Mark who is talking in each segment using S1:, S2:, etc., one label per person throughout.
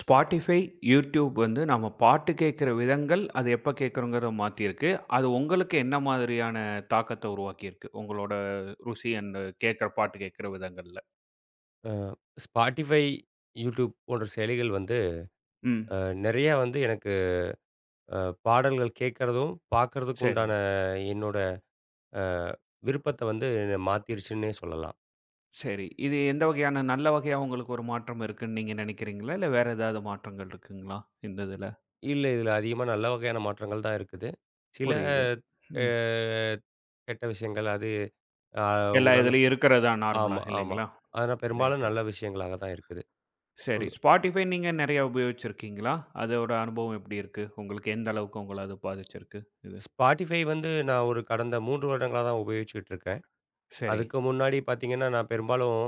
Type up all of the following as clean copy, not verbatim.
S1: Spotify, YouTube வந்து நம்ம பாட்டு கேட்கிற விதங்கள், அது எப்ப கேட்கிறோங்கிறத மாத்தியிருக்கு. அது உங்களுக்கு என்ன மாதிரியான தாக்கத்த உருவாக்கியிருக்கு? உங்களோட ருசி அண்ட் கேட்கிற பாட்டு கேட்கிற விதங்கள்ல.
S2: Spotify, YouTube போன்ற செயலிகள் வந்து
S1: ம்.
S2: அ நெறையா வந்து எனக்கு அ பாடல்கள் கேட்கறதும், பார்க்கறதுக்கு
S1: சரி,
S2: உண்டான என்னோட அ விருப்பத்த வந்து என்னை மாத்திருச்சுன்னே சொல்லலாம்.
S1: சரி. இது எந்த வகையான நல்ல வகையா உங்களுக்கு ஒரு மாற்றம் இருக்குன்னு நீங்க நினைக்கிறீங்களா? இல்ல வேற ஏதாவது மாற்றங்கள் இருக்குங்களா? இந்த இதுல.
S2: இல்ல இதுல அதிகமா நல்ல வகையான மாற்றங்கள் தான் இருக்குது. சில
S1: புரியுது.
S2: அ
S1: ம்.
S2: கெட்ட விஷயங்கள் அது அ
S1: எல்லா
S2: உதாரணத்துக்கு
S1: இதுலயும் இருக்கிறது தான் நார்மலா
S2: ஆமா, ஆமா.
S1: இல்லைங்களா?
S2: ஆனா பெரும்பாலும்
S1: ரைட்டு.
S2: நல்ல விஷயங்களாக தான் இருக்குது.
S1: சரி.
S2: புது
S1: Spotify நீங்க நெறைய உபயோகிச்சிருக்கீங்களா? அதோட அனுபவம் எப்படி இருக்கு? உங்களுக்கு எந்த அளவுக்கு உங்கள அது பாதிச்சிருக்கு? இது.
S2: Spotify வந்து நான் ஒரு கடந்த 3 வருடங்களா தான் உபயோகிச்சுட்டு இருக்கேன்.
S1: சரி.
S2: அதுக்கு முன்னாடி பார்த்தீங்கன்னா, நான் பெரும்பாலும்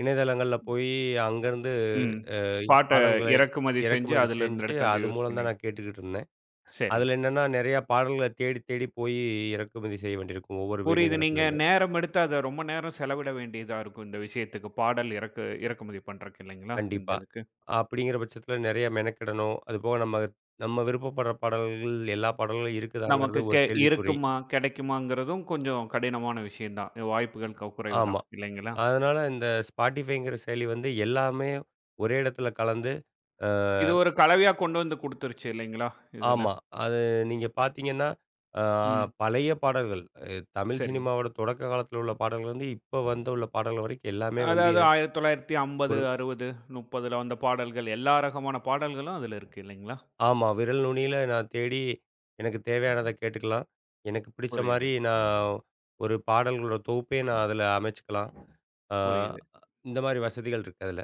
S2: இணையதளங்கள்ல போயி அங்கருந்து
S1: ம்.
S2: அ
S1: பாட்ட
S2: பாடல்களை
S1: இறக்குமதி செஞ்சு
S2: இறக்குமதி
S1: அதிலிருந்து
S2: செஞ்சு,
S1: எடுத்தாந்து
S2: அது
S1: யூஸ்
S2: மூலம் தான்
S1: பண்ணீங்க.
S2: நான் கேட்டுக்கிட்டு இருந்தேன்.
S1: சரி.
S2: அதுல என்னன்னா, நெறையா பாடல்கள தேடி தேடி போயி இறக்குமதி செய்ய வேண்டியிருக்கும், ஒவ்வொரு
S1: புரியுது. நீங்க
S2: இணையதளத்திலருந்து.
S1: நேரம் எடுத்து அத ரொம்ப நேரம் செலவிட வேண்டியதா இருக்கும் இந்த விஷயத்துக்கு. பாடல் இறக்குமதி பண்றக்கு இல்லைங்களா? இந்த
S2: கண்டிப்பா.
S1: இதுக்கு.
S2: அப்படிங்கிற பட்சத்தில நெறைய மெனக்கெடணும். அதுபோக நம்ம நம்ம விருப்பப்படுற பாடல்கள், எல்லா பாடல்களும்
S1: நமக்கு
S2: இருக்குதாங்கிறது ஒரு கேள்விக்குறி.
S1: இருக்குமா, கிடைக்குமாங்கிறதும் கொஞ்சம் கடினமான விஷயம் தான். வாய்ப்புகள் குறைவு தான்
S2: ஆமா.
S1: இல்லைங்களா?
S2: அதனால இந்த Spotifyங்கிற செயலி வந்து எல்லாமே ஒரே இடத்துல கலந்து, அ
S1: இது ஒரு கலவையா கொண்டு வந்து குடுத்துருச்சு இல்லைங்களா? இதுல.
S2: ஆமா. அது நீங்க பார்த்தீங்கன்னா, அ
S1: ம்.
S2: பழைய பாடல்கள் தமிழ்
S1: சரி.
S2: சினிமாவோட தொடக்க காலத்தில உள்ள பாடல்கள் வந்து, இப்ப வந்துள்ள பாடல்கள் வரைக்கும் எல்லாமே வந்து
S1: அதாவது
S2: எ
S1: 1950,
S2: ஒரு
S1: 60, 30ல வந்த பாடல்கள் எல்லா ரகமான பாடல்களும் அதுல இருக்கு இல்லைங்களா?
S2: ஆமா. விரல் நுனியில நான் தேடி எனக்கு தேவையானத கேட்டுக்கலாம். எனக்கு பிடிச்ச
S1: புரியுது,
S2: மாரி நான் ஒரு பாடல்களோட தொகுப்பே நான் அதில அமைச்சுக்கலாம். ஆ
S1: புரியுது.
S2: இந்த மாரி வசதிகள் இருக்கு அதில.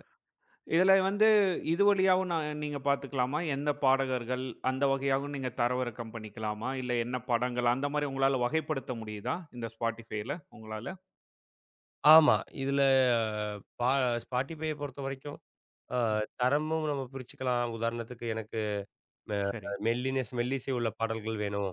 S1: இதில வந்து இது வழியாவும் நான் நீங்க பார்த்துக்கலாமா? எந்த பாடகர்கள், அந்த வகையாவும் நீங்க தரவிறக்கம் பண்ணிக்கலாமா? இல்ல என்ன படங்கள் அந்த மாரி உங்களால வகைப்படுத்த முடியுதா? இந்த Spotifyல உங்களால?
S2: ஆமா. இதில பா Spotifyய பொறுத்தவரைக்கும், அ
S1: ம்.
S2: தரமும் நம்ம பிரிச்சுக்கலாம். உதாரணத்துக்கு எனக்கு அ
S1: சரி.
S2: மெல்லினஸ் மெல்லிசை உள்ள பாடல்கள் வேணும்.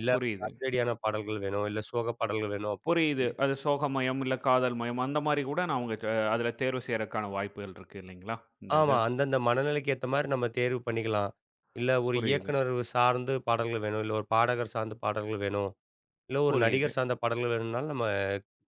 S2: இல்ல
S1: புரியுது,
S2: அதிரடியான பாடல்கள் வேணும். இல்ல சோக பாடல்கள் வேணும்.
S1: புரியுது.
S2: அப்டின்னு
S1: அது சோகமயம், இல்ல காதல்மயம் அந்த மாரி கூட நான் உங்க அதில தேர்வு செய்றக்கான வாய்ப்புகள் இருக்கு இல்லைங்களா? இந்த
S2: ஆமா.
S1: இது.
S2: அந்தந்த மனநிலைக்கு ஏத்த மாரி நம்ம தேர்வு பண்ணிக்கலாம். இல்ல ஒரு
S1: புரியுது,
S2: இயக்குனர் சார்ந்து பாடல்கள் வேணும். இல்ல ஒரு பாடகர் சார்ந்த பாடல்கள் வேணும். இல்ல ஒரு
S1: புரியுது.
S2: நடிகர் சார்ந்த பாடல்கள் வேணும்னாலும் நம்ம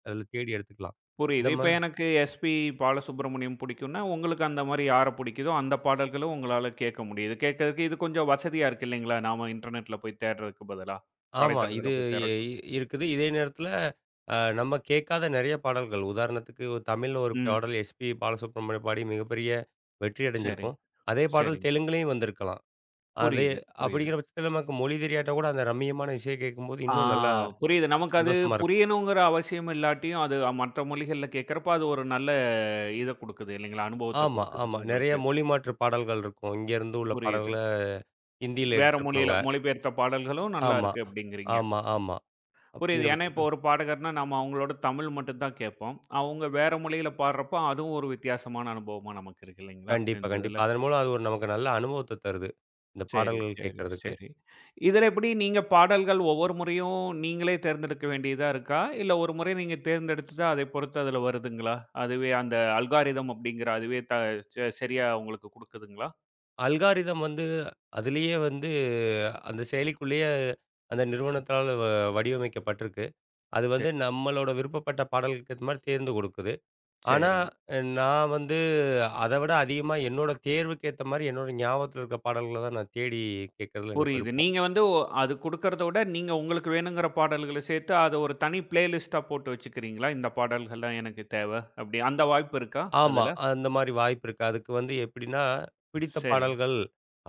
S2: அதுல தேடி எடுத்துக்கலாம்.
S1: புரியுது.
S2: இந்த மா
S1: இப்ப எனக்கு எஸ்பி பாலசுப்ரமணியம் பிடிக்கும்னா, உங்களுக்கு அந்த மாரி யார பிடிக்குதோ, அந்த பாடல்களும் உங்களால கேட்க முடியுது. கேட்கறதுக்கு இது கொஞ்சம் வசதியா இருக்கு இல்லைங்களா? நாம இன்டர்நெட்ல போய் தேடுறதுக்கு பதிலா.
S2: ஆமா.
S1: வலைத்தளத்தில
S2: இது
S1: போய்
S2: எ
S1: தேடுறதுக்கு பதிலா.
S2: இருக்குது. இதே நேரத்துல அ நம்ம கேட்காத நெறைய பாடல்கள் உதாரணத்துக்கு ஒரு தமிழ்ல ஒரு
S1: ம்.
S2: பாடல் எஸ்பி பாலசுப்ரமணிய பாடி மிகப்பெரிய வெற்றி
S1: சரி,
S2: அடைஞ்சிருக்கும். அதே பாடல்
S1: சரிங்க.
S2: தெலுங்குலயும் வந்திருக்கலாம். அது
S1: புரியுது, புரியுது.
S2: அப்படிங்கிற பட்சத்தில நமக்கு மொழி தெரியாட்டா கூட அந்த ரம்மியமான இசைய கேட்கும்போது
S1: ஆ
S2: இன்னும் நல்லா
S1: புரியுது. நமக்கு அது
S2: சந்தோஷமா இருக்கும்.
S1: புரியணுங்கிற அவசியம் இல்லாட்டியும், அது மற்ற மொழிகள்ல கேட்கறப்ப, அது ஒரு நல்ல இத குடுக்குது இல்லைங்களா? அனுபவத்த
S2: ஆமா,
S1: குடுக்குது
S2: ஆமா. நெறைய
S1: உங்களுக்கு.
S2: மொழி மாற்று பாடல்கள் இருக்கும். இங்கேருந்து உள்ள
S1: புரியுது.
S2: பாடல்கள ஹிந்தியில
S1: வேற
S2: எடுத்திருப்பாங்க.
S1: மொழியில மொழிபெயர்த்த பாடல்களும் நல்லா
S2: ஆமா,
S1: இருக்கு அப்படிங்கிறீங்க.
S2: ஆமா, ஆமா.
S1: புரியுது.
S2: அப்படிங்கிற
S1: ஏன்னா, இப்போ
S2: பட்சத்தில
S1: ஒரு பாடகர்னா நம்ம அவங்களோட தமிழ் மட்டும் தான் கேட்போம். அவங்க வேற மொழியில பாடுறப்போ, அதுவும் ஒரு வித்தியாசமான அனுபவமா நமக்கு இருக்கு இல்லைங்களா?
S2: கண்டிப்பா,
S1: இந்த
S2: கண்டிப்பா.
S1: இதுல.
S2: அதன் மூலம் அது ஒரு நமக்கு நல்ல அனுபவத்த தருது. இந்த
S1: சரி,
S2: பாடல்கள்
S1: சரி,
S2: கேட்கறதுக்கு.
S1: சரி. இதில எப்படி நீங்க பாடல்கள் ஒவ்வொரு முறையும் நீங்களே தேர்ந்தெடுக்க வேண்டியதா இருக்கா? இல்ல ஒரு முறை நீங்க தேர்ந்தெடுத்துட்டா அதை பொறுத்து அதில வருதுங்களா? அதுவே அந்த அல்காரிதம் அப்படிங்கிற அதுவே சரியா உங்களுக்கு குடுக்குதுங்களா?
S2: அல்காரிதம் வந்து அதிலேயே வந்து அந்த செயலிக்குள்ளேயே அந்த நிறுவனத்தால வ வடிவமைக்கப்பட்டிருக்கு. அது
S1: சரி,
S2: வந்து நம்மளோட விருப்பப்பட்ட பாடல்களுக்கு ஏத்த மாரி தேர்ந்து கொடுக்குது. ஆனா,
S1: சரி.
S2: அ நான் வந்து அத விட அதிகமா என்னோட தேர்வுக்கு ஏத்த மாரி என்னோட ஞாபகத்துல இருக்க பாடல்கள தான் நான் தேடி கேட்கறதுல எனக்கு
S1: புரியுது.
S2: விருப்பம்.
S1: நீங்க வந்து அது குடுக்கறத விட, நீங்க உங்களுக்கு வேணுங்கிற பாடல்கள சேர்த்து, அத ஒரு தனி பிளேலிஸ்ட்டா போட்டு வச்சுக்கிறீங்களா? இந்த பாடல்கள்லாம் எனக்கு தேவ. அப்படி அந்த வாய்ப்பு இருக்கா
S2: ஆமா.
S1: அதுல?
S2: அந்த மாரி வாய்ப்பு இருக்கு. அதுக்கு வந்து எப்படின்னா, பிடித்த
S1: சரி.
S2: பாடல்கள்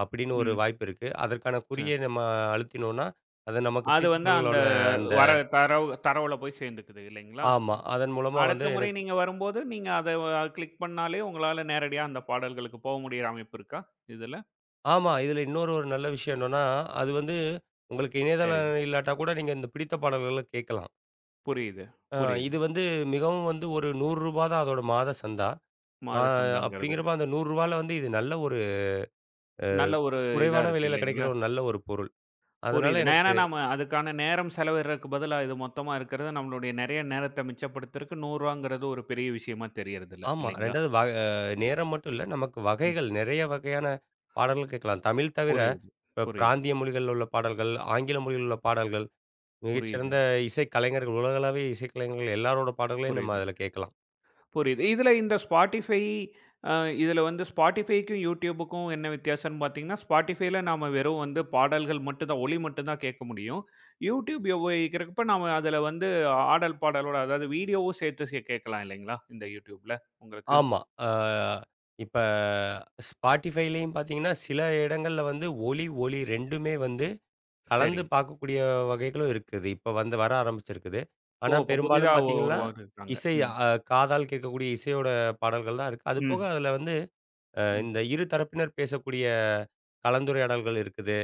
S2: அப்படின்னு ஒரு
S1: ம்.
S2: வாய்ப்பு இருக்கு. அதற்கான
S1: சரி.
S2: குறிய நம்ம அழுத்தினோம்னா, அது நமக்கு
S1: அது
S2: பிடித்த
S1: வந்து அந்த
S2: பாடல்களோட அந்த
S1: வர தரவுல போய் சேர்ந்துக்குது இல்லைங்களா?
S2: ஆமா. அதன் மூலமா
S1: அடுத்த
S2: வந்து
S1: முறை
S2: எனக்கு
S1: நீங்க வரும்போது, நீங்க அத கிளிக் பண்ணாலே உங்களால நேரடியா அந்த பாடல்களுக்கு போக முடியிற அமைப்பு இருக்கா இதுல?
S2: ஆமா. இதுல இன்னொரு ஒரு நல்ல விஷயம் என்னன்னா, அது வந்து உங்களுக்கு
S1: சரி.
S2: இணையதளம் இல்லாட்டா கூட நீங்க இந்த பிடித்த பாடல்கள கேட்கலாம்.
S1: புரியுது,
S2: அ
S1: புரியுது.
S2: இது வந்து மிகவும் வந்து ஒரு ரூ. 100 தான் அதோட மாத சந்தா. மா
S1: மாத சந்தாங்கிறது.
S2: அப்படிங்கிறப்ப அந்த ரூ. 100ல வந்து இது நல்ல ஒரு
S1: நல்ல ஒரு இதா
S2: குறைவான
S1: இருக்கு
S2: விலையில கிடைக்கிற
S1: இல்லைங்களா?
S2: ஒரு நல்ல ஒரு பொருள். அதனால
S1: புரியுது. நா ஏன்னா
S2: எனக்கு
S1: நாம அதுக்கான நேரம் செலவிடுறதுக்கு பதிலா, இது மொத்தமா இருக்கிறது நம்மளுடைய நெறைய நேரத்த மிச்சப்படுத்துறக்கு ரூ. 100ங்கிறது ஒரு பெரிய விஷயமா தெரியறதில்ல.
S2: ஆமா.
S1: இல்லைங்களா?
S2: 2வது வ அ நேரம் மட்டும் இல்ல. நமக்கு
S1: ம்.
S2: வகைகள் நெறைய வகையான பாடல்கள் கேட்கலாம். தமிழ் தவிர
S1: புரியுது,
S2: இப்ப
S1: புரியுது,
S2: பிராந்திய மொழிகள்ல உள்ள பாடல்கள், ஆங்கில மொழியில் உள்ள பாடல்கள்,
S1: புரியுது,
S2: மிகச்சிறந்த இசைக் கலைஞர்கள் உலகளவிய இசைக்கலைஞர்கள் எல்லாரோட பாடல்களையும் நம்ம
S1: புரியுது,
S2: அதில கேட்கலாம்.
S1: புரியுது. இதுல இந்த Spotify அ இதுல வந்து Spotifyக்கும் YouTubeக்கும் என்ன வித்தியாசம்ன்னு பார்த்தீங்கன்னா, Spotifyல நாம வெறும் வந்து பாடல்கள் மட்டும் தான் ஒலி மட்டும் தான் கேட்க முடியும். YouTube உபயோகிக்கிறப்ப நாம அதுல வந்து ஆடல், பாடலோட அதாவது வீடியோவும் சேர்த்து கேட்கலாம் இல்லைங்களா? இந்த YouTubeல உங்களுக்கு?
S2: ஆமா. அ இப்ப Spotifyலயும் பார்த்தீங்கன்னா, சில இடங்கள்ல வந்து ஒலி, ஒளி 2மே வந்து கலந்து
S1: சரி.
S2: பார்க்கக்கூடிய வகைகளும் இருக்குது. இப்ப வந்து வர ஆரம்பிச்சிருக்குது.
S1: ஓ!
S2: ஆனா
S1: இப்போ புதிதா
S2: பெரும்பாலும் பார்த்தீங்கன்னா,
S1: உருவாக்கியிருக்காங்க.
S2: இசை
S1: ம்,
S2: அ காதால் கேட்கக்கூடிய இசையோட பாடல்கள் தான் இருக்கு. அதுபோக
S1: ம்,
S2: அதுல வந்து அ
S1: ம்.
S2: இந்த இரு தரப்பினர் பேசக்கூடிய கலந்துரையாடல்கள் இருக்குது.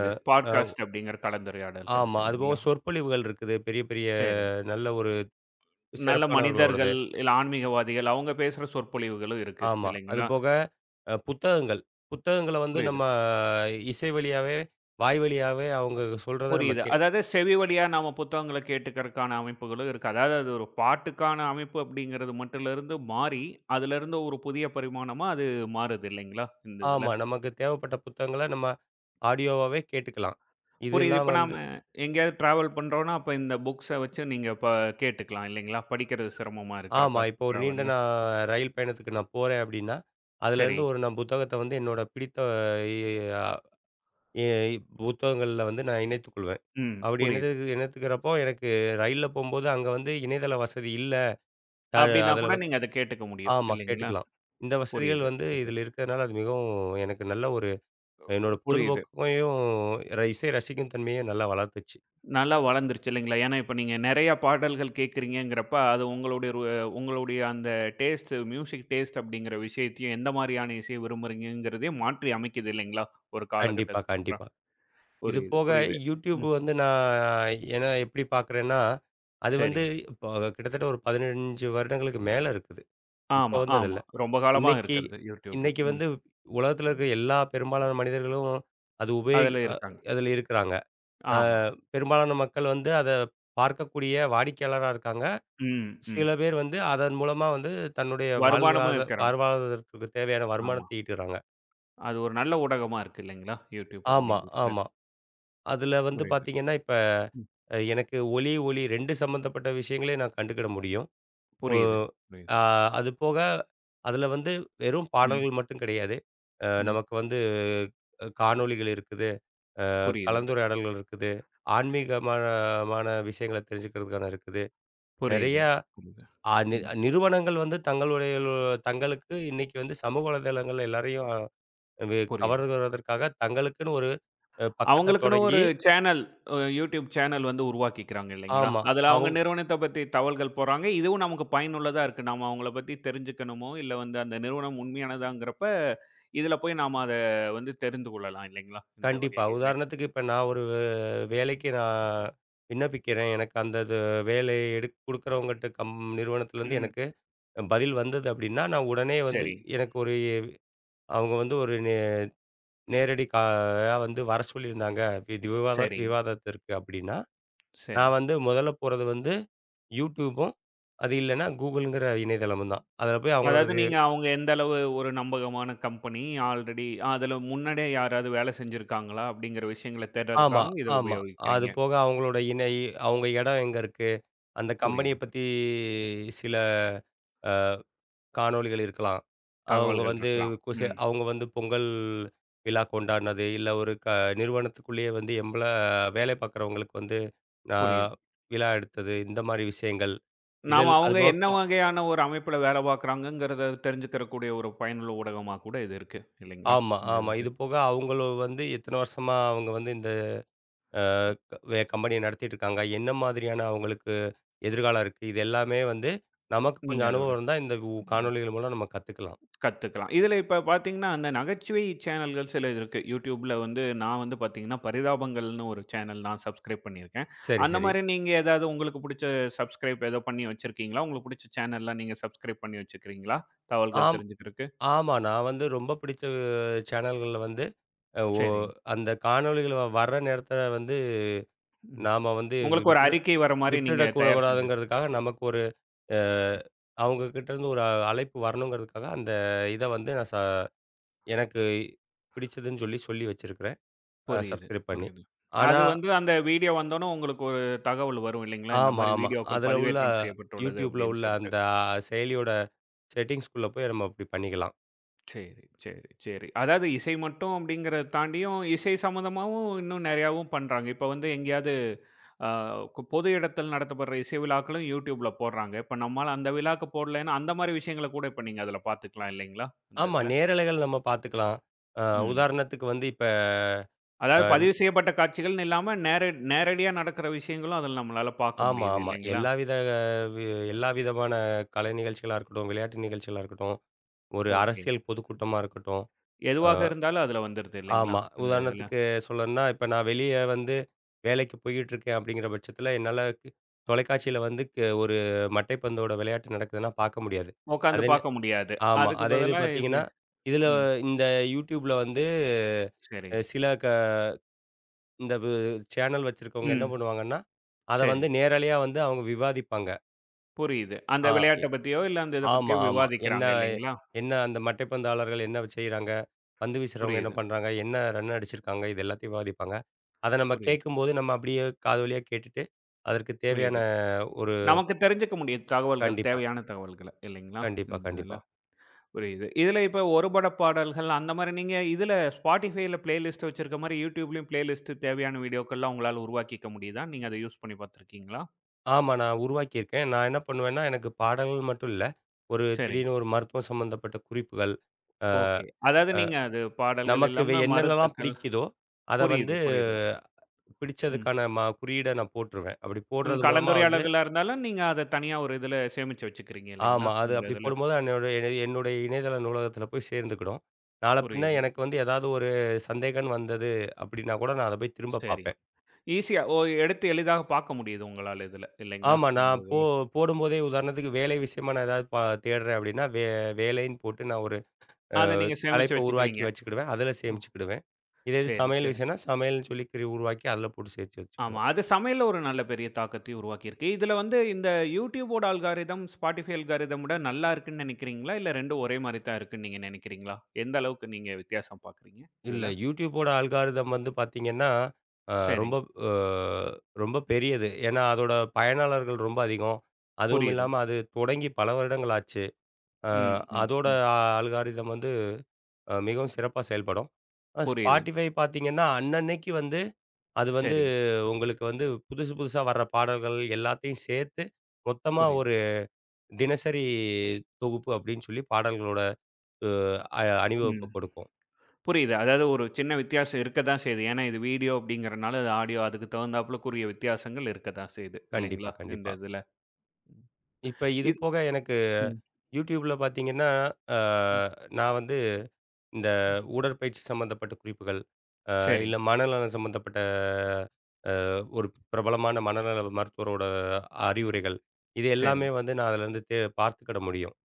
S2: அ அ
S1: பாட்காஸ்ட் அப்படிங்கிற கலந்துரையாடல்கள்
S2: ஆமா. அதுபோக
S1: இல்லைங்களா?
S2: சொற்பொழிவுகள் இருக்குது. பெரிய பெரிய
S1: சரி.
S2: நல்ல ஒரு
S1: நல்ல
S2: சிறப்பானவர்களோடது.
S1: மனிதர்கள், இல்ல ஆன்மீகவாதிகள் அவங்க பேசுற சொற்பொழிவுகளும் இருக்கு
S2: ஆமா.
S1: இல்லைங்களா?
S2: அதுபோக அ புத்தகங்கள். புத்தகங்கள வந்து
S1: புரியுது,
S2: நம்ம இசை வழியாவே, வாய் வழியாவே அவங்க சொல்றத நம்ம
S1: புரியுது.
S2: கே
S1: அதாவது செவி வழியா நாம புத்தகங்கள கேட்டுக்கறக்கான அமைப்புகளும் இருக்கு. அதாவது அது ஒரு பாட்டுக்கான அமைப்பு அப்படிங்கிறது மட்டுலிருந்து மாறி, அதிலிருந்து ஒரு புதிய பரிமாணமா அது மாறுது இல்லைங்களா? இந்த இதுல.
S2: ஆமா. நமக்கு தேவைப்பட்ட புத்தகங்கள நம்ம ஆடியோவாவே கேட்டுக்கலாம்.
S1: புரியுது.
S2: இதெல்லாம்
S1: இப்ப நாம
S2: வந்து
S1: எங்கேயாவது டிராவல் பண்றோம்னா, அப்ப இந்த புக்ஸ வச்சு நீங்க கேட்டுக்கலாம் இல்லைங்களா? படிக்கிறது சிரமமா
S2: ஆமா.
S1: இருக்கிறப்ப
S2: இப்போ ஒரு நீண்ட
S1: டிராவல்ல.
S2: நான் ரயில் பயணத்துக்கு நான் போறேன் அப்டின்னா,
S1: சரி.
S2: அதுலேருந்து ஒரு நான் புத்தகத்த வந்து என்னோட பிடித்த எ அ எ புத்தகங்கள்ல வந்து நான் இணைத்துக் கொள்வேன்.
S1: ம்.
S2: அப்டி இணைத்து
S1: புரியுது.
S2: இணைத்துக்கிறப்போ எனக்கு ரயில்ல போம்போது அங்க வந்து இணையதள வசதி இல்ல. த
S1: அப்டின்னா
S2: அதுல
S1: கூட
S2: வந்து
S1: நீங்க அத கேட்டுக்க முடியும்.
S2: ஆமா
S1: இல்லைங்களா?
S2: கேட்டுக்கலாம். இந்த வசதிகள்
S1: புரியுது,
S2: வந்து
S1: புரியுது,
S2: இதில இருக்கிறதுனால அது மிகவும் எனக்கு நல்ல ஒரு என்னோட
S1: புரியுது.
S2: பொழுதுபோக்கையும் இசை ரசிக்கும் தன்மையும் நல்லா வளர்த்துச்சு.
S1: நல்லா வளர்ந்துருச்சு இல்லைங்களா? ஏன்னா, இப்ப நீங்க நெறைய பாடல்கள் கேட்கிறீங்கங்கிறப்ப, அது உங்களுடைய உங்களுடைய அந்த டேஸ்ட் மியூசிக் டேஸ்ட் அப்படிங்கிற விஷயத்தையும், எந்த மாரியான இசைய விரும்புறீங்கங்கிறதையும் மாற்றி அமைக்குது இல்லைங்களா? ஒரு
S2: கண்டிப்பா,
S1: காலகட்டத்துக்கு அப்புறம்.
S2: கண்டிப்பா. இது
S1: புரியுது,
S2: போக
S1: புரியுது.
S2: யூடியூப்
S1: ம்.
S2: வந்து நான் ஏன்னா எப்படி பார்க்குறேன்னா, அது
S1: சரி.
S2: வந்து இப்போ கிட்டத்தட்ட ஒரு 15 வருடங்களுக்கு மேல இருக்குது. இப்ப
S1: ஆமா,
S2: வந்து அது
S1: ஆமா.
S2: இல்ல.
S1: ரொம்ப காலமா
S2: இன்னைக்கு
S1: இருக்கிறது. YouTube.
S2: இன்னைக்கு
S1: ம்.
S2: வந்து உலகத்துல இருக்கிற எல்லா பெரும்பாலான மனிதர்களும் அது உபயோகி
S1: அதுல
S2: அ
S1: இருக்காங்க.
S2: அதுல இருக்கிறாங்க. அ
S1: ஆமா.
S2: பெரும்பாலான மக்கள் வந்து அத பார்க்கக்கூடிய வாடிக்கையாளரா இருக்காங்க.
S1: ம், ம்.
S2: சில பேர் வந்து அதன் மூலமா வந்து தன்னுடைய
S1: வருமானமும்
S2: வாழ்வாத
S1: இருக்கிறாங்க.
S2: வாழ்வாதாரத்திற்கு தேவையான
S1: ஆமா.
S2: வருமானத்தை ஈட்டுறாங்க.
S1: அது ஒரு நல்ல ஊடகமா இருக்கு இல்லைங்களா? யூடியூப்
S2: ஆமா,
S1: அப்படிங்கிறது.
S2: ஆமா. அதுல வந்து
S1: புரியுது.
S2: பார்த்தீங்கன்னா, இப்ப
S1: ம்.
S2: அ எனக்கு ஒலி, ஒளி 2 சம்மந்தப்பட்ட விஷயங்களே நான் கண்டுக்கிட முடியும். ஒ
S1: புரியுது, புரியுது.
S2: ஆ அது போக அதுல வந்து வெறும்
S1: ம்,
S2: பாடல்கள் மட்டும் கிடையாது. அ
S1: ம்.
S2: நமக்கு வந்து அ காணொளிகள் இருக்குது, அ
S1: புரியுது,
S2: கலந்துரையாடல்கள் இருக்குது, ஆன்மீகமான விஷயங்கள தெரிஞ்சுக்கிறதுக்கான இருக்குது.
S1: புரியுது,
S2: நெறையா
S1: புரியுது.
S2: அ
S1: ம்.
S2: நிறுவனங்கள் வந்து தங்களுடைய தங்களுக்கு இன்னைக்கு வந்து சமூக வலைதளங்கள்ல எல்லாரையும்
S1: புரியுது.
S2: கவர்வதற்காக தங்களுக்குன்னு ஒரு அ பக்கத்த
S1: அவங்களுக்குன்னு ஒரு
S2: தொடங்கி
S1: சேனல் அ யூடியூப் சேனல் வந்து உருவாக்கிக்கிறாங்க இல்லைங்களா?
S2: ஆமா.
S1: அதுல அவங்க
S2: அவங்
S1: நிறுவனத்த பத்தி தகவல்கள் போடுறாங்க. இதுவும் நமக்கு பயனுள்ளதா இருக்கு. நாம அவங்கள பத்தி தெரிஞ்சுக்கணுமோ, இல்ல வந்து அந்த நிறுவனம் உண்மையானதாங்கிறப்ப, இதுல போய் நாம அத வந்து தெரிந்து கொள்ளலாம் இல்லைங்களா? இந்த
S2: கண்டிப்பா.
S1: வகையிலயுமே.
S2: உதாரணத்துக்கு இப்ப நான் ஒரு வேலைக்கு நான் விண்ணப்பிக்கிறேன். எனக்கு அந்த இது வேலை எடுக் குடுக்குறவங்கட்ட கம் நிறுவனத்துலேருந்து
S1: ம்.
S2: எனக்கு பதில் வந்தது அப்டின்னா, நான் உடனே வந்து
S1: சரி,
S2: எனக்கு ஒரு அவங்க வந்து ஒரு நே நேரடி காயா வந்து வர சொல்லியிருந்தாங்க. இது
S1: சரிங்க,
S2: விவாதத்திற்கு அப்டின்னா, நான்
S1: சரிங்க.
S2: வந்து முதல்ல போறது வந்து YouTubeம், அது இல்லன்னா Googleங்கிற இணையதளமும் தான். அதுல போய் அவங்களோட
S1: அதாவது நீங்க அவங்க எந்த அளவு ஒரு நம்பகமான கம்பெனி, ஆல்ரெடி அதுல முன்னாடியே யாராவது வேலை செஞ்சிருக்காங்களா? அப்படிங்கிற விஷயங்கள
S2: ஆமா,
S1: தேடுறதுக்காகவும் இத
S2: ஆமா.
S1: உபயோகிக்கிறீங்க.
S2: அது போக அவங்களோட அவங்க இடம் எங்க இருக்கு? அந்த கம்பெனிய
S1: புரியுது.
S2: பத்தி சில அ காணொளிகள் இருக்கலாம். அவங்க
S1: தகவல்கள்
S2: வந்து
S1: இருக்கலாம். ம்.
S2: அவங்க வந்து பொங்கல் விழா கொண்டாடுனது, இல்ல ஒரு க நிறுவனத்துக்குள்ளேயே வந்து வேலை பார்க்குறவங்களுக்கு வந்து நான்
S1: புரியுது.
S2: விழா எடுத்தது, இந்த மாரி விஷயங்கள்.
S1: நாம
S2: இதில்
S1: அவங்க என்ன
S2: அதுபோக
S1: வகையான ஒரு அமைப்புல வேலை பார்க்குறாங்கங்கிறத தெரிஞ்சுக்கிறக்கூடிய ஒரு பயனுள்ள ஊடகமா கூட இது இருக்கு. இல்லைங்களா?
S2: ஆமா,
S1: இந்த
S2: ஆமா.
S1: இதுக்கு.
S2: இது போக அவங்களும் வந்து இத்தன வருஷமா அவங்க வந்து இந்த கம்பெனியை நடத்திட்டு இருக்காங்க என்ன மாதிரியான அவங்களுக்கு எதிர்காலம் இருக்குது இது எல்லாமே வந்து நமக்கு
S1: நீங்க
S2: கொஞ்சம்
S1: அதோட
S2: அனுபவம் இருந்தால் இந்த காணொளிகள் மூலம் நம்ம கற்றுக்கலாம்.
S1: கத்துக்கலாம். இதுல இப்ப பார்த்தீங்கன்னா, அந்த நகைச்சுவை சேனல்கள் சில இருக்கு. YouTubeல வந்து நான் வந்து பார்த்தீங்கன்னா, பரிதாபங்கள்னு ஒரு சேனல் நான் சப்ஸ்கிரைப் பண்ணியிருக்கேன்.
S2: சரி
S1: அந்த
S2: சரி.
S1: மாரி நீங்க ஏதாவது உங்களுக்கு புடிச்ச சப்ஸ்கிரைப் ஏதோ பண்ணி வச்சிருக்கீங்களா? உங்களுக்கு புடிச்ச சேனல்லாம் நீங்க சப்ஸ்கிரைப் பண்ணி வச்சுக்கிறீங்களா? தகவல்கள்
S2: ஆம்
S1: தெரிஞ்சுக்கிறக்கு?
S2: ஆமாம் நான் வந்து ரொம்ப பிடிச்ச சேனல்களில் வந்து ஓ
S1: சரி.
S2: அந்த காணொளிகள் வர்ற நேரத்தில் வந்து
S1: ம்.
S2: நாம் வந்து
S1: உங்களுக்கு ஒரு
S2: விட்டுட
S1: அறிக்கை வர மாரி நீங்க தயார் செஞ்சு
S2: விட்டுடக்கூடாதுங்கிறதுக்காக நமக்கு ஒரு அஹ், அவங்க கிட்ட இருந்து ஒரு அழைப்பு வரணுங்கிறதுக்காக அந்த இதை வந்து நான் ச எனக்கு பிடிச்சதுன்னு சொல்லி சொல்லி வச்சிருக்கிறேன்
S1: புரியுது,
S2: சப்ஸ்கிரைப் பண்ணி
S1: புரியுது. அது
S2: ஆனால்
S1: வந்து அந்த வீடியோ வந்தோனே உங்களுக்கு ஒரு தகவல் வரும் இல்லைங்களா? இந்த
S2: ஆமா,
S1: மாரி
S2: ஆமா.
S1: வீடியோக்கள்
S2: அதுல உள்ள
S1: பதிவேற்றம் செய்யப்பட்டுள்ளது
S2: YouTubeல
S1: அப்படின்னு
S2: உள்ள
S1: சொல்ட்டு.
S2: அந்த செயலியோட செட்டிங்ஸ்குள்ள போய் நம்ம அப்படி பண்ணிக்கலாம்.
S1: சரி, சரி, சரி. அதாவது இசை மட்டும் அப்படிங்கிறத தாண்டியும், இசை சம்மந்தமாவும் இன்னும் நெறையாவும் பண்றாங்க. இப்ப வந்து எங்கேயாவது அ பொது இடத்தில் நடத்தப்படுற இசை விழாக்களும் YouTubeல போடுறாங்க. இப்ப நம்மால அந்த விழாக்கு போடலைன்னா, அந்த மாரி விஷயங்கள கூட இப்ப நீங்க அதுல பாத்துக்கலாம் இல்லைங்களா? இந்த
S2: ஆமா,
S1: இதுல.
S2: நேரலைகள் நம்ம பார்த்துக்கலாம். அ
S1: ம்.
S2: உதாரணத்துக்கு வந்து இப்ப
S1: அதாவது
S2: அ
S1: பதிவு செய்யப்பட்ட காட்சிகள்னு இல்லாம, நேரடியா நடக்கிற விஷயங்களும் அதுல நம்மளால பாக்க
S2: ஆமா,
S1: முடியுது
S2: ஆமா.
S1: இல்லைங்களா?
S2: வி எல்லா விதமான கலை நிகழ்ச்சிகளா இருக்கட்டும், விளையாட்டு நிகழ்ச்சிகளா இருக்கட்டும், ஒரு
S1: ஓகே.
S2: அரசியல் பொதுக்கூட்டமா இருக்கட்டும். அ
S1: எதுவாக இருந்தாலும் அதுல வந்துருது இல்லைங்களா?
S2: ஆமா.
S1: இந்த இதுல.
S2: உதாரணத்துக்கு சொல்லணும்னா, இப்ப நான் வெளிய வந்து வேலைக்கு போயிட்டுருக்கேன் அப்படிங்கிற பட்சத்தில, தொலைக்காட்சியில வந்து ஒரு மட்டைப்பந்தோட விளையாட்டு நடக்குதுன்னா பார்க்க முடியாது.
S1: உக்காந்து
S2: அதே
S1: பாக்க முடியாது.
S2: ஆமா.
S1: அதுக்கு
S2: அதே இது
S1: பதிலா இப்ப
S2: பார்த்தீங்கன்னா, இதுல
S1: ம்.
S2: இந்த YouTubeல வந்து
S1: சரி.
S2: சில க இந்த வு சேனல் வச்சிருக்கவங்க என்ன
S1: ம்.
S2: பண்ணுவாங்கன்னா, அத
S1: சரி.
S2: வந்து நேரலையா வந்து அவங்க விவாதிப்பாங்க.
S1: புரியுது. அந்த
S2: ஆ எ
S1: விளையாட்ட பத்தியோ, இல்ல அந்த இத
S2: ஆமா,
S1: பத்தியோ
S2: ஆமா. என்ன
S1: விவாதிக்கிறாங்க இல்லைங்களா?
S2: என்ன அந்த மட்டைப்பந்தாளர்கள் என்ன செய்றாங்க? பந்து வீசுறவங்க என்ன
S1: புரியுது,
S2: பண்றாங்க? என்ன ரன் அடிச்சிருக்காங்க? இது எல்லாத்தையும் விவாதிப்பாங்க. அத நம்ம
S1: புரியுது,
S2: கேட்கும்போது, நம்ம அப்படியே காது வழியா கேட்டுட்டு, அதற்கு தேவையான
S1: புரியுது.
S2: ஒரு
S1: நமக்கு தெரிஞ்சுக்க முடியும் தகவல்கள்,
S2: கண்டிப்பா,
S1: தேவையான தகவல்கள இல்லைங்களா?
S2: கண்டிப்பா,
S1: இந்த இதுல.
S2: கண்டிப்பா.
S1: புரியுது. இதுல இப்ப ஒரு பாடல்கள் அந்த மாரி நீங்க இதுல Spotifyல பிளேலிஸ்ட் வச்சிருக்க மாரி YouTubeலயும் பிளேலிஸ்ட் தேவையான வீடியோக்கள்லாம் உங்களால உருவாக்கிக்க முடியுதா? நீங்க அத யூஸ் பண்ணி பார்த்துருக்கீங்களா?
S2: ஆமா. நான் உருவாக்கியிருக்கேன். நான் என்ன பண்ணுவேன்னா, எனக்கு பாடல்கள் மட்டும் இல்ல. ஒரு
S1: சரிங்க.
S2: திடீர்னு ஒரு மருத்துவம் சம்மந்தப்பட்ட குறிப்புகள், அ
S1: ஓகே. அதாவது நீங்க அது பாடல்கள்
S2: நமக்கு வே
S1: இல்லாம
S2: என்னென்னலாம்
S1: மருத்துக்கள்
S2: பிடிக்குதோ, அத வந்து
S1: புரியுது, புரியுது. ம்.
S2: பிடிச்சதுக்கான குறியீட நான் போட்டுருவேன். அப்படி
S1: ம்
S2: போடுறது மூலமா வந்து
S1: கலந்துரையாடல்களா இருந்தாலும் நீங்க அத தனியா ஒரு இதுல சேமிச்சு வச்சுக்கிறீங்க இல்லைங்களா?
S2: ஆமா. அது
S1: இந்த
S2: அப்படி
S1: இதுல.
S2: போடும்போது என்னோட என்னுடைய என்னுடைய இணையதள நூலகத்தில போய் சேர்ந்துக்கிடும். நாள பின்ன
S1: புரியுது.
S2: எனக்கு வந்து ஏதாவது ஒரு சந்தேகம்ன்னு வந்தது அப்படின்னா கூட நான் அத போய் திரும்ப
S1: சரி.
S2: பார்ப்பேன்.
S1: ஈஸியா ஓ எடுத்து எளிதாக பார்க்க முடியுது உங்களால இதுல, இல்லைங்களா?
S2: ஆமா.
S1: இந்த
S2: நான் போ
S1: இதுல.
S2: போடும்போதே உதாரணத்துக்கு வேலை விஷயமா நான் ஏதாவது தேடுறேன் அப்படின்னா, வேலைன்னு போட்டு நான் ஒரு அ
S1: அத நீங்க சேமிச்சு
S2: தலைப்ப உருவாக்கி
S1: வச்சுக்குவீங்க.
S2: வச்சுக்கிடுவேன். அதில
S1: ம்.
S2: சேமிச்சுக்கிடுவேன். இதே இது
S1: சரி,
S2: சமையல்
S1: சரி.
S2: விஷயம்னா, சமையல்னு சொல்லி உருவாக்கி அதில போட்டு சேர்த்து
S1: ஆமா.
S2: வச்சுக்கிடுவேன்.
S1: அது சமையல்ல ஒரு நல்ல பெரிய தாக்கத்தை உருவாக்கியிருக்கு. இதுல வந்து இந்த Youtube ஓட அல்காரிதம், Spotify அல்காரிதம் விட நல்லா இருக்குன்னு நெனைக்கிறீங்களா? இல்ல 2ம் ஒரே மாரி தான் இருக்குன்னு நீங்க நெனைக்கிறீங்களா? எந்த அளவுக்கு நீங்க வித்தியாசம் பார்க்குறீங்க
S2: இல்ல
S1: இதுல?
S2: YouTubeஓட அல்காரிதம் வந்து பார்த்தீங்கன்னா, அ
S1: சரி.
S2: ரொம்ப அ ரொம்ப பெரியது. ஏன்னா, அதோட பயனாளர்கள் ரொம்ப அதிகம். அதுவும்
S1: புரியுது.
S2: இல்லாம அது தொடங்கி பல வருடங்கள் ஆச்சு. அ
S1: ம், ம்,
S2: அதோட
S1: ம்.
S2: அல்காரிதம் வந்து அ மிகவும் சிறப்பா செயல்படும். அ
S1: புரியுது.
S2: Spotify பார்த்தீங்கன்னா, அன்னன்னைக்கு வந்து அது வந்து
S1: சரி.
S2: உங்களுக்கு வந்து புதுசு புதுசா வர்ற பாடல்கள் எல்லாத்தையும் சேர்த்து மொத்தமா
S1: புரியுது.
S2: ஒரு தினசரி தொகுப்பு அப்படின்னு சொல்லி பாடல்களோட அ அணிவகுப்பு
S1: ம்.
S2: கொடுக்கும்.
S1: புரியுது. அதாவது ஒரு சின்ன வித்தியாசம் இருக்க தான் செய்யுது. ஏன்னா, இது வீடியோ அப்படிங்கிறனால அது ஆடியோ அதுக்கு தகுந்தாப்புலக்குரிய வித்தியாசங்கள் இருக்க தான் செய்யுது.
S2: கண்டிப்பா,
S1: இல்லைங்களா? இந்த
S2: கண்டிப்பா.
S1: இதுல.
S2: இப்ப இது
S1: இத்
S2: போக எனக்கு
S1: ம்,
S2: YouTubeல பார்த்தீங்கன்னா, அ
S1: ம்,
S2: நான் வந்து இந்த
S1: ம்.
S2: உடற்பயிற்சி சம்மந்தப்பட்ட குறிப்புகள், அ
S1: சரிங்க,
S2: இல்ல மனநலம் சம்மந்தப்பட்ட ஒரு பிரபலமான மனநல மருத்துவரோட அறிவுரைகள், இது எல்லாமே
S1: சரிங்க.
S2: வந்து நான் அதிலருந்து பார்த்துக்கிட முடியும்.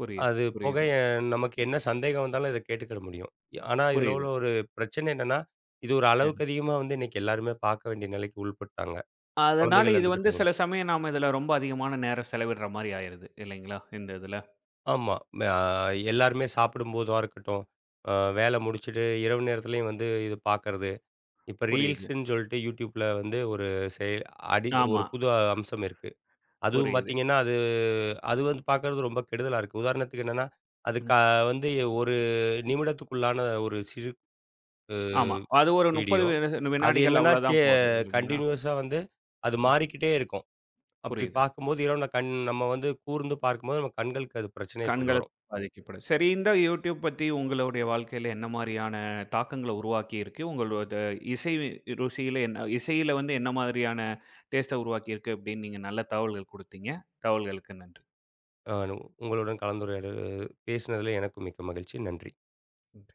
S1: புரியுது,
S2: அது போக
S1: புரியுது,
S2: நமக்கு என்ன சந்தேகம் வந்தாலும் இத கேட்டுக்கிட முடியும். ஆனா, இதில
S1: புரியுது.
S2: உள்ள ஒரு பிரச்சனை என்னன்னா, இது ஒரு
S1: சரி.
S2: அளவுக்கு அதிகமா வந்து இன்னைக்கு எல்லாருமே பார்க்க வேண்டிய நிலைக்கு உள்பட்டாங்க.
S1: அதனால
S2: குழந்தைகள்
S1: இது
S2: 2
S1: வந்து
S2: பேரும்.
S1: சில சமயம் நாம இதுல ரொம்ப அதிகமான நேரம் செலவிடுற மாரி ஆயிருது. இல்லைங்களா? இந்த இதுல.
S2: ஆமா. மே அ எல்லாருமே சாப்பிடும்போதா இருக்கட்டும், அ வேலை முடிச்சுட்டு இரவு நேரத்துலயும் வந்து இது பார்க்கறது. இப்ப
S1: புரியுது.
S2: ரீல்ஸுன்னு சொல்லிட்டு YouTubeல வந்து ஒரு செயல் அடி ஒரு
S1: ஆமா,
S2: புது அம்சம் இருக்கு. அதுவும்
S1: புரியுது.
S2: பார்த்தீங்கன்னா, அது அது வந்து பார்க்கறது ரொம்ப கெடுதலா இருக்கு. உதாரணத்துக்கு என்னன்னா, அது க
S1: ம்.
S2: வந்து ஒரு நிமிடத்துக்குள்ளான ஒரு சிறு அ
S1: ஆமா. அது ஒரு 30
S2: வீடியோ. அது
S1: வினாடிகள்
S2: என்னன்னா,
S1: அவ்வளோதான் போது. இல்லைங்களா?
S2: கன்டினியூஸா வந்து அது
S1: ம்.
S2: மாறிக்கிட்டே இருக்கும். அப்படி
S1: புரியுது.
S2: பார்க்கும்போது இரவு நான் கண் நம்ம வந்து கூர்ந்து பார்க்கும்போது நம்ம கண்களுக்கு அது பிரச்சனைய கொண்டு
S1: கண்களுக்கு
S2: வரும்.
S1: பாதிக்கப்படும். சரி, இந்த YouTube பத்தி உங்களுடைய வாழ்க்கையில என்ன மாரியான தாக்கங்கள உருவாக்கியிருக்கு? உங்களோட இசை ருசியில என்ன இசையில வந்து என்ன மாதிரியான டேஸ்ட்ட உருவாக்கியிருக்கு அப்படின்னு நீங்க நல்ல தகவல்கள் குடுத்தீங்க. தகவல்களுக்கு நன்றி.
S2: அ உங்களுடன் கலந்துரையாடு பேசினதுல எனக்கும் மிக்க மகிழ்ச்சி. நன்றி.
S1: ம்.